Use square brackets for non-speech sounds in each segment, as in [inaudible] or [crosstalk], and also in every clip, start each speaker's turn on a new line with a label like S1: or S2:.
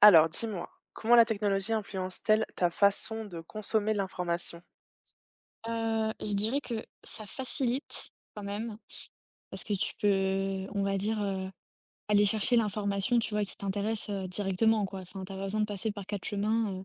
S1: Alors, dis-moi, comment la technologie influence-t-elle ta façon de consommer l'information?
S2: Je dirais que ça facilite quand même, parce que tu peux, on va dire, aller chercher l'information, tu vois, qui t'intéresse, directement, quoi. Enfin, t'as pas besoin de passer par 4 chemins,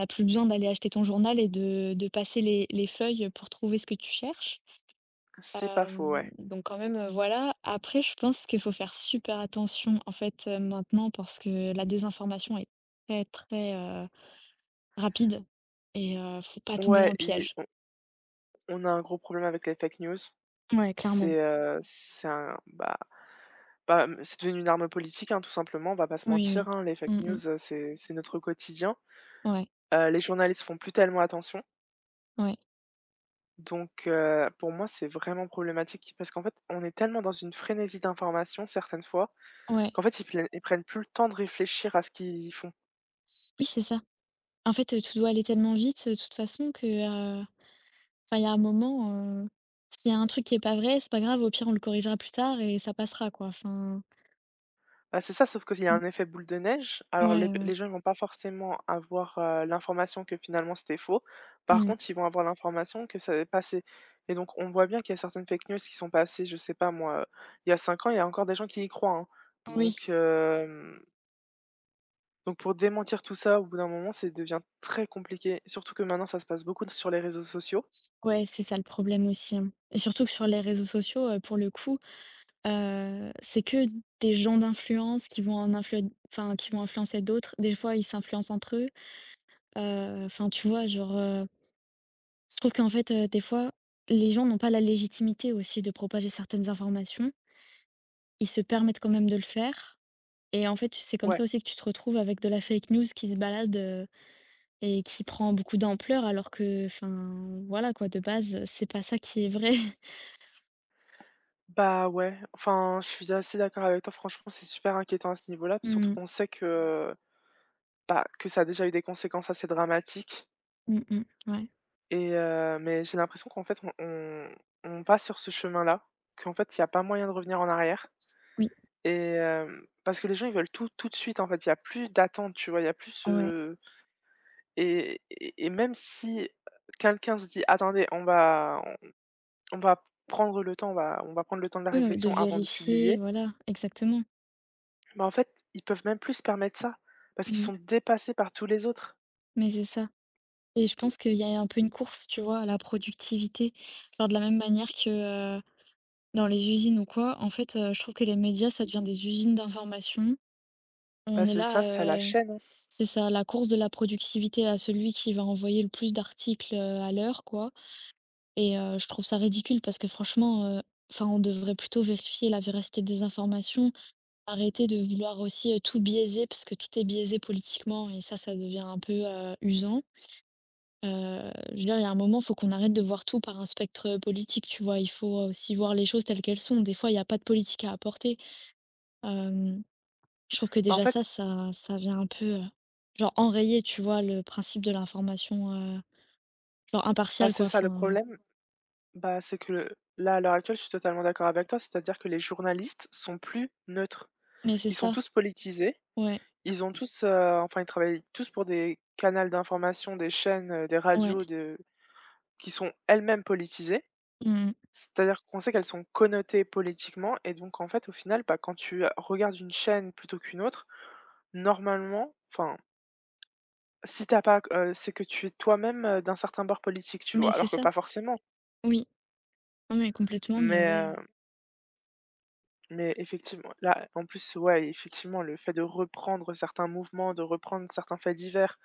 S2: tu plus besoin d'aller acheter ton journal et de passer les feuilles pour trouver ce que tu cherches.
S1: C'est pas faux, ouais.
S2: Donc quand même, voilà. Après, je pense qu'il faut faire super attention, en fait, maintenant, parce que la désinformation est très, très, rapide et faut pas tomber dans
S1: Ouais,
S2: le piège.
S1: on a un gros problème avec les fake news.
S2: Ouais, clairement.
S1: C'est un, bah, c'est devenu une arme politique, hein, tout simplement, on va pas se
S2: Oui, oui.
S1: mentir, hein, les fake
S2: Mmh mh.
S1: news, c'est notre quotidien.
S2: Ouais.
S1: Les journalistes font plus tellement attention.
S2: Ouais,
S1: Donc, pour moi, c'est vraiment problématique parce qu'en fait, on est tellement dans une frénésie d'information certaines fois
S2: ouais.
S1: qu'en fait, ils prennent plus le temps de réfléchir à ce qu'ils font.
S2: Oui, c'est ça. En fait, tout doit aller tellement vite, de toute façon que, enfin, il y a un moment, heu, s'il y a un truc qui est pas vrai, c'est pas grave, au pire, on le corrigera plus tard et ça passera, quoi. Enfin,
S1: Bah, c'est ça, sauf qu'il y a
S2: mmh,
S1: un effet boule de neige. Alors les
S2: ouais, ouais.
S1: les gens, ils vont pas forcément avoir, l'information que finalement c'était faux. Par
S2: Mmh,
S1: contre, ils vont avoir l'information que ça avait passé et donc on voit bien qu'il y a certaines fake news qui sont passées, je sais pas moi, il y a 5 ans, il y a encore des gens qui y croient, hein.
S2: oui.
S1: Donc hem, donc pour démentir tout ça, au bout d'un moment, c'est devient très compliqué, surtout que maintenant ça se passe beaucoup sur les réseaux sociaux.
S2: Ouais, c'est ça le problème aussi, hein. Et surtout que sur les réseaux sociaux, pour le coup, c'est que des gens d'influence qui vont en influen enfin, qui vont influencer d'autres. Des fois, ils s'influencent entre eux. Enfin, tu vois, genre, je trouve qu'en fait, des fois, les gens n'ont pas la légitimité aussi de propager certaines informations. Ils se permettent quand même de le faire et en fait, c'est comme
S1: Ouais.
S2: ça aussi que tu te retrouves avec de la fake news qui se balade, et qui prend beaucoup d'ampleur alors que enfin, voilà quoi, de base, c'est pas ça qui est vrai. [laughs]
S1: Bah, ouais, enfin, je suis assez d'accord avec toi, franchement, c'est super inquiétant à ce niveau-là,
S2: Mmh
S1: surtout
S2: mh.
S1: qu'on sait que ça a déjà eu des conséquences assez dramatiques
S2: Mmh. Ouais.
S1: et mais j'ai l'impression qu'en fait on passe sur ce chemin-là, qu'en fait il y a pas moyen de revenir en arrière
S2: Oui.
S1: et parce que les gens ils veulent tout, tout de suite en fait. Il y a plus d'attente, tu vois? Il y a plus
S2: Ouais.
S1: ce et même si quelqu'un se dit: «Attendez, on on va prendre le temps, on va prendre le temps de la
S2: Oui, ouais, de
S1: réflexion avant de
S2: vérifier,
S1: publier»,
S2: voilà, exactement.
S1: bah, en fait, ils peuvent même plus se permettre ça, parce qu'ils
S2: Mmh.
S1: sont dépassés par tous les autres.
S2: Mais c'est ça et je pense qu'il y a un peu une course, tu vois, à la productivité. Genre de la même manière que, dans les usines ou quoi, en fait, je trouve que les médias, ça devient des usines d'information.
S1: Bah,
S2: On est
S1: c'est ça, c'est à la
S2: là, heu,
S1: chaîne, hein.
S2: c'est ça, la course de la productivité à celui qui va envoyer le plus d'articles, à l'heure, quoi et je trouve ça ridicule parce que franchement, enfin, on devrait plutôt vérifier la véracité des informations, arrêter de vouloir aussi, tout biaiser parce que tout est biaisé politiquement et ça devient un peu, usant. Je veux dire, il y a un moment, il faut qu'on arrête de voir tout par un spectre, politique, tu vois? Il faut aussi voir les choses telles qu'elles sont. Des fois, il n'y a pas de politique à apporter. Hem, je trouve que
S1: Bah, en
S2: déjà ça,
S1: fait,
S2: ça vient un peu, genre enrayer, tu vois, le principe de l'information, genre
S1: bah,
S2: impartiale
S1: c'est
S2: quoi,
S1: ça le
S2: enfin
S1: problème. Bah, c'est que là, à l'heure actuelle, je suis totalement d'accord avec toi, c'est-à-dire que les journalistes sont plus neutres.
S2: mais c'est
S1: Ils sont
S2: ça,
S1: tous politisés,
S2: ouais,
S1: ils ont tous, enfin, ils travaillent tous pour des canaux d'information, des chaînes, des radios
S2: ouais,
S1: de qui sont elles-mêmes politisées.
S2: mmh.
S1: C'est-à-dire qu'on sait qu'elles sont connotées politiquement et donc en fait, au final, bah, quand tu, regardes une chaîne plutôt qu'une autre, normalement, enfin, si t'as pas, c'est que tu es toi-même, d'un certain bord politique, tu
S2: Mais
S1: vois?
S2: c'est
S1: Alors que
S2: ça,
S1: pas forcément,
S2: oui, non mais complètement, mais ouais,
S1: mais Mais effectivement, là, en plus, ouais, effectivement, le fait de reprendre certains mouvements, de reprendre certains faits divers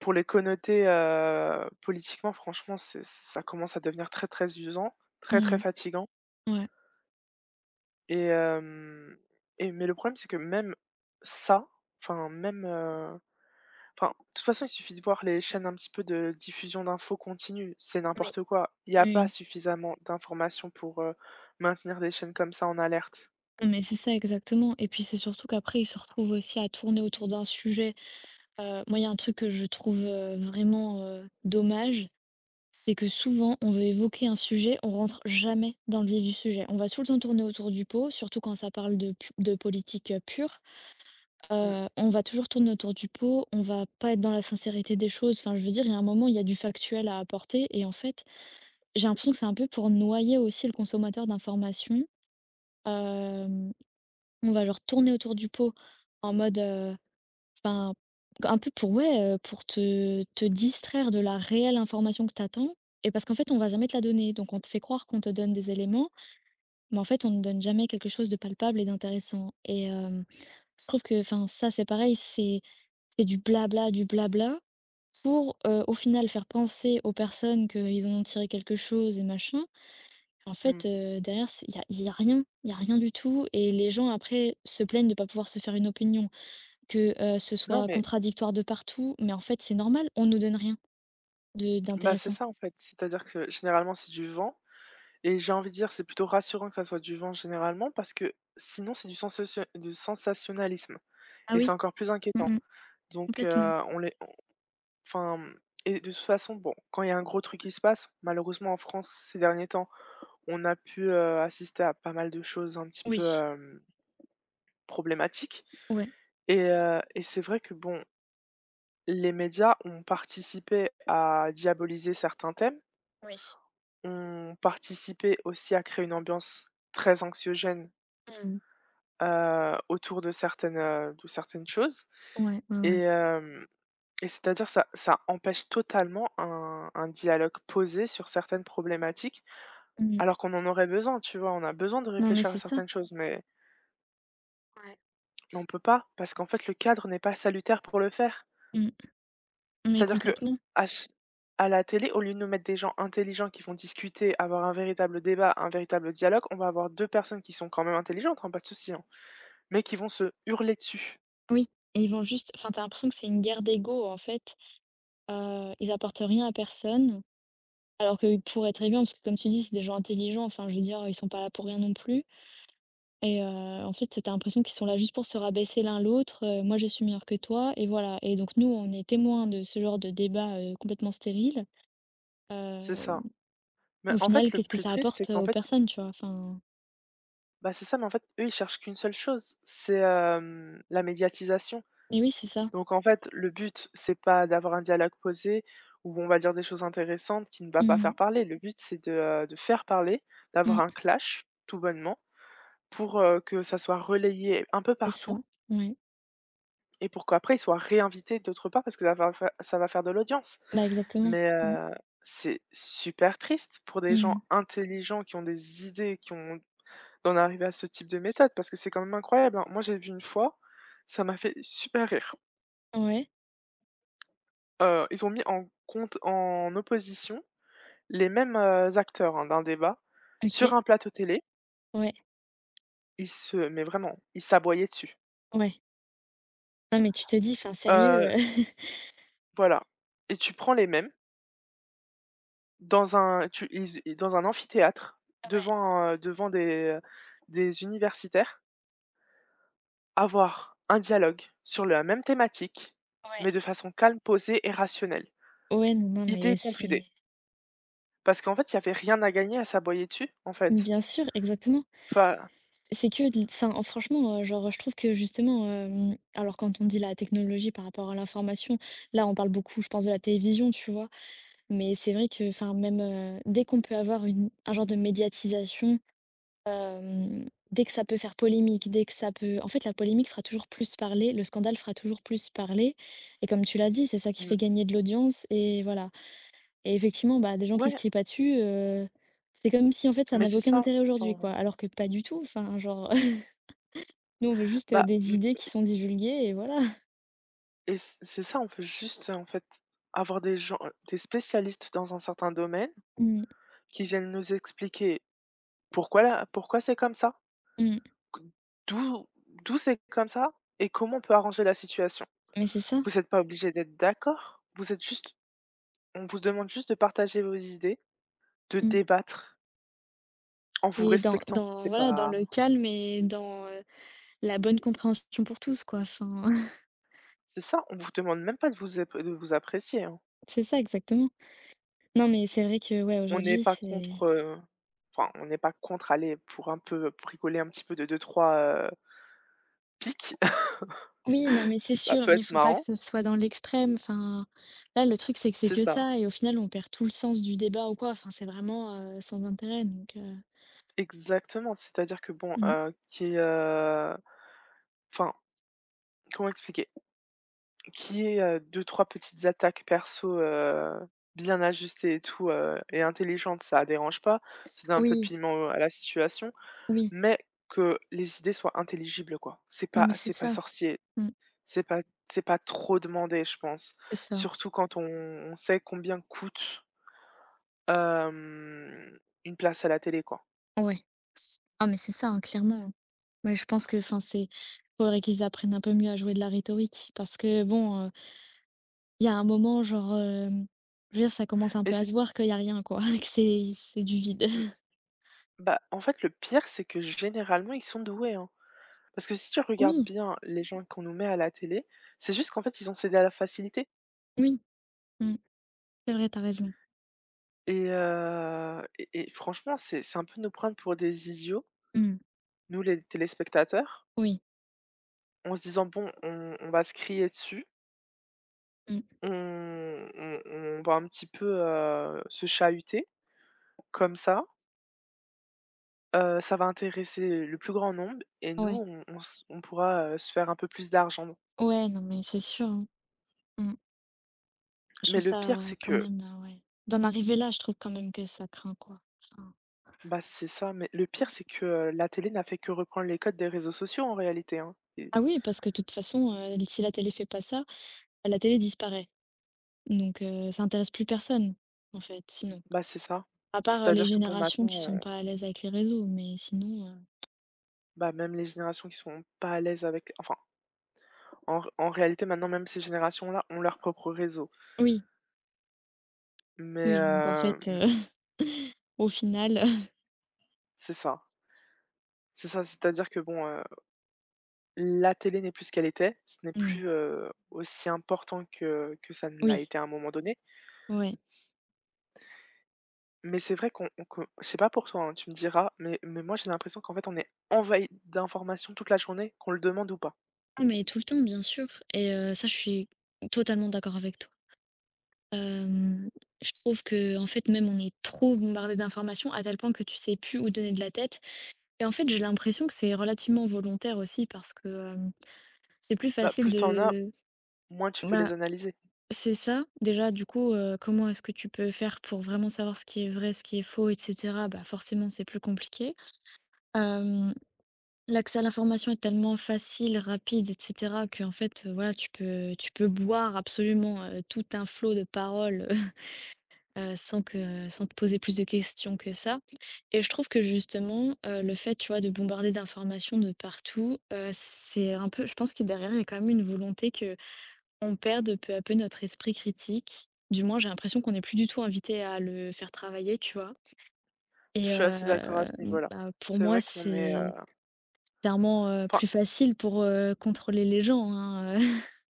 S1: pour les connoter politiquement, franchement, c'est ça commence à devenir très, très usant, très, très
S2: mmh
S1: fatigant
S2: ouais,
S1: et hem et mais le problème, c'est que même ça, enfin, même, enfin, de toute façon, il suffit de voir les chaînes un petit peu de diffusion d'infos continue, c'est
S2: oui,
S1: n'importe quoi. Il y
S2: oui,
S1: a pas
S2: oui.
S1: suffisamment d'informations pour, maintenir des chaînes comme ça en alerte.
S2: Non mais c'est ça exactement et puis c'est surtout qu'après ils se retrouvent aussi à tourner autour d'un sujet. Moi il y a un truc que je trouve, vraiment, dommage. C'est que souvent, on veut évoquer un sujet, on rentre jamais dans le vif du sujet. On va tout le temps tourner autour du pot, surtout quand ça parle de, de politique pure.
S1: Mmh
S2: On va toujours tourner autour du pot, on va pas être dans la sincérité des choses. Enfin, je veux dire, il y a un moment, il y a du factuel à apporter. Et en fait, j'ai l'impression que c'est un peu pour noyer aussi le consommateur d'informations. Euh, on va leur tourner autour du pot en mode, ben, un peu pour ouais, pour te distraire de la réelle information que t'attends et parce qu'en fait, on va jamais te la donner. Donc on te fait croire qu'on te donne des éléments, mais en fait, on ne donne jamais quelque chose de palpable et d'intéressant et je trouve que enfin, ça, c'est pareil, c'est du blabla pour, au final faire penser aux personnes qu'ils en ont tiré quelque chose et machin. En
S1: mh.
S2: fait, derrière, il y a rien, il y a rien du tout et les gens après se plaignent de ne pas pouvoir se faire une opinion. Que, ce
S1: Non,
S2: soit
S1: mais
S2: contradictoire de partout, mais en fait, c'est normal, on nous donne rien de
S1: bah, c'est
S2: d'intéressant.
S1: ça en fait, c'est-à-dire que généralement c'est du vent et j'ai envie de dire c'est plutôt rassurant que ça soit du vent généralement parce que sinon c'est du sensationnalisme
S2: Ah
S1: et c'est
S2: oui?
S1: encore plus
S2: Mmh
S1: inquiétant.
S2: mh.
S1: Donc
S2: Complètement.
S1: on les enfin et de toute façon, bon, quand il y a un gros truc qui se passe, malheureusement en France ces derniers temps, on a pu, assister à pas mal de choses un petit peu,
S2: Oui.
S1: problématiques
S2: Ouais.
S1: et c'est vrai que bon, les médias ont participé à diaboliser certains thèmes.
S2: Oui.
S1: Ont participé aussi à créer une ambiance très anxiogène,
S2: Mmh.
S1: autour de certaines choses
S2: Ouais, ouais,
S1: et
S2: ouais.
S1: hem et c'est-à-dire ça empêche totalement un dialogue posé sur certaines problématiques,
S2: Mmh.
S1: alors qu'on en aurait besoin, tu vois? On a besoin de
S2: Non, mais
S1: réfléchir à
S2: c'est ça.
S1: certaines choses, mais
S2: Ouais.
S1: mais on peut pas parce qu'en fait, le cadre n'est pas salutaire pour le faire.
S2: Mmh. Mais
S1: C'est-à-dire qu'à
S2: complètement.
S1: ch à la télé, au lieu de nous mettre des gens intelligents qui vont discuter, avoir un véritable débat, un véritable dialogue, on va avoir 2 personnes qui sont quand même intelligentes, hein, pas de souci, hein. Mais qui vont se hurler dessus,
S2: Oui. Et ils vont juste enfin, t'as l'impression que c'est une guerre d'ego, en fait. Ils apportent rien à personne, alors qu'ils pourraient très bien parce que comme tu dis, c'est des gens intelligents, enfin, je veux dire, ils sont pas là pour rien non plus. Et en fait, tu l'impression qu'ils sont là juste pour se rabaisser l'un l'autre: «Moi, je suis meilleur que toi» et voilà et donc nous, on est témoins de ce genre de débat, complètement stérile.
S1: c'est
S2: Heu,
S1: ça. Mais
S2: Au
S1: en fait,
S2: final,
S1: le
S2: qu'est-ce que
S1: plus
S2: ça
S1: triste, c'est
S2: apporte,
S1: qu'en
S2: aux
S1: fait
S2: personnes, tu vois? Enfin
S1: bah, c'est ça, mais en fait, eux, ils cherchent qu'une seule chose, c'est, la médiatisation.
S2: et oui, c'est ça.
S1: Donc en fait, le but, c'est pas d'avoir un dialogue posé où on va dire des choses intéressantes qui ne va pas
S2: Mmh
S1: faire
S2: mh.
S1: parler. Le but, c'est de faire parler, d'avoir un
S2: Mmh.
S1: clash, tout bonnement, pour, que ça soit relayé un peu
S2: C'est ça.
S1: partout
S2: Ouais.
S1: et pour qu'après ils soient réinvités d'autre part parce que ça va faire de l'audience.
S2: Bah, exactement.
S1: Mais
S2: Mmh.
S1: c'est super triste pour des gens
S2: Mmh.
S1: intelligents qui ont des idées, qui ont d'en arriver à ce type de méthode parce que c'est quand même incroyable, hein. Moi, j'ai vu une fois, ça m'a fait super rire.
S2: Ouais.
S1: Ils ont mis en compte en opposition les mêmes, acteurs, hein, d'un débat sur
S2: OK.
S1: un plateau télé.
S2: Ouais.
S1: Ils se mais vraiment, ils s'aboyaient dessus.
S2: Ouais. Non, mais tu te dis, enfin, sérieux,
S1: Heu,
S2: [laughs]
S1: voilà et tu prends les mêmes dans un amphithéâtre
S2: ouais,
S1: devant des universitaires. Avoir un dialogue sur la même thématique,
S2: ouais.
S1: mais de façon calme, posée et rationnelle,
S2: Ouais, non, non, mais
S1: idée contre
S2: c'est
S1: idée. Parce qu'en fait, il y avait rien à gagner à s'aboyer dessus, en fait.
S2: bien sûr, exactement.
S1: Enfin,
S2: C'est que de l enfin, franchement, genre, je trouve que justement, alors quand on dit la technologie par rapport à l'information, là, on parle beaucoup, je pense, de la télévision, tu vois? Mais c'est vrai que, enfin, même, dès qu'on peut avoir une un genre de médiatisation, hem, dès que ça peut faire polémique, dès que ça peut en fait, la polémique fera toujours plus parler, le scandale fera toujours plus parler et comme tu l'as dit, c'est ça qui fait
S1: mmh,
S2: gagner de l'audience et voilà et effectivement, bah, des gens qui se
S1: ouais,
S2: crient pas dessus, c'est comme si, en fait, ça
S1: mais
S2: n'avait
S1: c'est
S2: aucun
S1: ça.
S2: intérêt aujourd'hui, quoi,
S1: Enfin,
S2: alors que pas du tout, enfin, genre [laughs] Nous, on veut juste,
S1: bah,
S2: des idées
S1: mmh
S2: qui sont divulguées et voilà.
S1: et c'est ça, on peut juste, en fait, avoir des gens des spécialistes dans un certain domaine
S2: Mmh,
S1: qui viennent nous expliquer pourquoi c'est comme ça,
S2: mmh,
S1: q d'où d'où c'est comme ça et comment on peut arranger la situation.
S2: mais c'est ça.
S1: Vous n'êtes pas obligé d'être d'accord, vous êtes juste On vous demande juste de partager vos idées, de
S2: Mmh
S1: débattre en vous
S2: et dans
S1: respectant.
S2: dans
S1: C'est
S2: voilà, dans
S1: pas
S2: le calme et dans, la bonne compréhension pour tous, quoi, enfin [laughs]
S1: c'est ça, on vous demande même pas de vous apprécier, hein.
S2: c'est ça exactement. Non, mais c'est vrai que, ouais,
S1: On n'est
S2: aujourd'hui,
S1: pas
S2: c'est
S1: contre, enfin, on n'est pas contre, aller pour un peu bricoler un petit peu de deux trois piques,
S2: oui, non, mais c'est
S1: [laughs] ça
S2: sûr,
S1: peut
S2: mais il
S1: être
S2: faut pas que
S1: marrant.
S2: ce soit dans l'extrême, enfin, là, le truc, c'est
S1: C'est
S2: que
S1: ça,
S2: ça et au final, on perd tout le sens du débat ou quoi, enfin, c'est vraiment, sans intérêt donc
S1: exactement. C'est-à-dire que bon,
S2: mmh.
S1: qui est, enfin, comment expliquer? Qui est, 2-3 petites attaques perso, bien ajustées et tout, et intelligentes, ça dérange pas. Ça donne un peu de
S2: Oui,
S1: piment à la situation,
S2: oui,
S1: mais que les idées soient intelligibles, quoi. C'est
S2: non,
S1: pas
S2: mais c'est
S1: c'est pas
S2: ça.
S1: sorcier,
S2: Mmh,
S1: c'est pas c'est pas trop demandé, je pense.
S2: c'est ça,
S1: Surtout quand on sait combien coûte, hem, une place à la télé, quoi.
S2: ouais. Ah, mais c'est ça, hein, clairement. Ouais, je pense que, enfin, c'est faudrait qu'ils apprennent un peu mieux à jouer de la rhétorique parce que bon, il y a un moment genre, je veux dire ça commence un
S1: Mais
S2: peu à se voir qu'il y a rien quoi, [laughs] que c'est du vide.
S1: mmh,
S2: [laughs]
S1: bah, en fait, le pire, c'est que généralement, ils sont doués, hein. Parce que si tu regardes
S2: Oui,
S1: bien les gens qu'on nous met à la télé, c'est juste qu'en fait, ils ont cédé à la facilité
S2: oui, mmh, c'est vrai, t'as raison.
S1: et franchement, c'est un peu nous prendre pour des idiots,
S2: Mmh,
S1: nous les téléspectateurs,
S2: oui,
S1: en se disant: «Bon, on va se crier dessus,
S2: mmh,
S1: on va un petit peu, se chahuter comme ça, ça va intéresser le plus grand nombre et nous,
S2: ouais.
S1: on pourra, se faire un peu plus d'argent».
S2: Ouais, non mais c'est sûr, hein. Mmh. Je
S1: Mais
S2: trouve
S1: le pire,
S2: ça
S1: c'est
S2: quand
S1: que
S2: même, ouais. D'en arriver là, je trouve quand même que ça craint quoi. Enfin
S1: bah, c'est ça, mais le pire, c'est que, la télé n'a fait que reprendre les codes des réseaux sociaux en réalité, hein et
S2: ah oui, parce que de toute façon, si la télé fait pas ça, la télé disparaît donc ça intéresse plus personne en fait sinon.
S1: bah, c'est ça.
S2: À part, les
S1: C'est-à-dire que bon,
S2: générations qui
S1: maintenant,
S2: sont pas à l'aise avec les réseaux, mais sinon,
S1: bah, même les générations qui sont pas à l'aise avec enfin, en réalité, maintenant, même ces générations-là ont leur propre réseau.
S2: oui,
S1: Mais,
S2: oui, donc en fait, [laughs] au final, [laughs]
S1: c'est ça. C'est ça, c'est-à-dire que bon, la télé n'est plus ce qu'elle était, ce n'est
S2: mmh,
S1: plus, aussi important que ça ne l'a
S2: oui,
S1: été à un moment donné.
S2: ouais.
S1: Mais c'est vrai qu'on on que je sais pas pour toi, hein, tu me diras, mais moi j'ai l'impression qu'en fait on est envahi d'informations toute la journée, qu'on le demande ou pas.
S2: Ah mais tout le temps, bien sûr et ça, je suis totalement d'accord avec toi. Hem, je trouve que en fait, même on est trop bombardé d'informations à tel point que tu sais plus où donner de la tête et en fait, j'ai l'impression que c'est relativement volontaire aussi parce que, c'est plus
S1: Bah,
S2: facile
S1: plus t'en as,
S2: de
S1: moins tu peux
S2: bah.
S1: les analyser.
S2: C'est ça. Déjà, du coup, comment est-ce que tu peux faire pour vraiment savoir ce qui est vrai, ce qui est faux et cetera? Bah, forcément, c'est plus compliqué. Hem, L'accès à l'information est tellement facile, rapide et cetera que en fait, voilà, tu peux boire absolument, tout un flot de paroles, [laughs] sans te poser plus de questions que ça et je trouve que justement, le fait, tu vois, de bombarder d'informations de partout, c'est un peu je pense que derrière, il y a quand même une volonté que on perde peu à peu notre esprit critique. Du moins, j'ai l'impression qu'on n'est plus du tout invité à le faire travailler, tu vois?
S1: Je
S2: Et
S1: suis assez d'accord à ce niveau-là.
S2: bah, pour
S1: C'est
S2: moi,
S1: vrai qu'on est,
S2: c'est clairement,
S1: enfin,
S2: plus facile pour, contrôler les gens, hein, [laughs]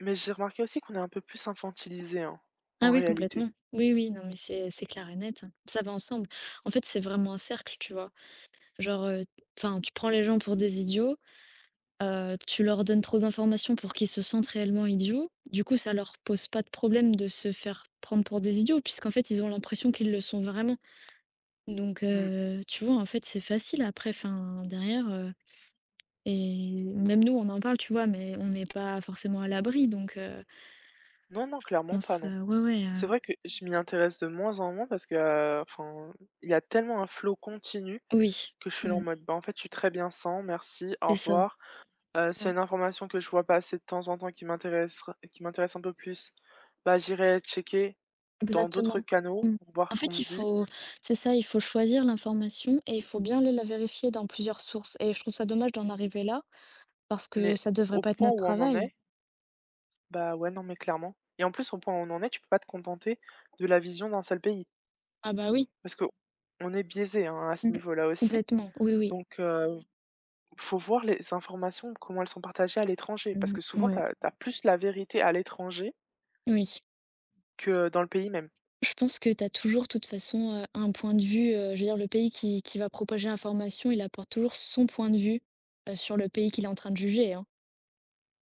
S1: mais j'ai remarqué aussi qu'on est un peu plus infantilisé, hein,
S2: Ah
S1: en
S2: oui,
S1: réalité.
S2: complètement. Oui, oui, non, mais c'est clair et net. Ça va ensemble. En fait, c'est vraiment un cercle, tu vois? Genre, enfin, tu prends les gens pour des idiots, tu leur donnes trop d'informations pour qu'ils se sentent réellement idiots. Du coup, ça leur pose pas de problème de se faire prendre pour des idiots puisqu'en fait, ils ont l'impression qu'ils le sont vraiment. Donc
S1: Mmh.
S2: tu vois, en fait, c'est facile après, fin, derrière, et même nous, on en parle, tu vois? Mais on n'est pas forcément à l'abri donc
S1: Non, non,
S2: je
S1: clairement pas,
S2: pense,
S1: non.
S2: ouais, ouais,
S1: C'est vrai que je m'y intéresse de moins en moins parce que, enfin, il y a tellement un flot continu
S2: oui,
S1: que je suis là en
S2: mmh,
S1: mode: «Bah, en fait, je suis très bien sans, merci, au
S2: c'est ça.
S1: revoir».
S2: Mmh,
S1: C'est une information que je vois passer de temps en temps qui m'intéresse un peu plus. Bah, j'irai checker dans d'autres
S2: exactement.
S1: canaux
S2: Mmh.
S1: pour voir
S2: En
S1: ce qu'on
S2: fait,
S1: me
S2: il
S1: dit,
S2: faut c'est ça, il faut choisir l'information et il faut bien aller la vérifier dans plusieurs sources et je trouve ça dommage d'en arriver là parce que
S1: mais
S2: ça devrait
S1: au
S2: pas être
S1: point
S2: notre
S1: où on en
S2: travail.
S1: est, bah, ouais, non, mais clairement et en plus, au point où on en est, tu peux pas te contenter de la vision d'un seul pays
S2: Ah bah oui,
S1: parce qu'on est biaisé, hein, à ce
S2: mmh,
S1: niveau-là aussi
S2: complètement. Oui, oui.
S1: donc faut voir les informations, comment elles sont partagées à l'étranger parce
S2: Mmh,
S1: que souvent tu
S2: ouais,
S1: tu as plus la vérité à l'étranger
S2: oui.
S1: que dans le pays même.
S2: Je pense que tu as toujours, de toute façon, un point de vue, je veux dire le pays qui va propager l'information, il apporte toujours son point de vue, sur le pays qu'il est en train de juger, hein.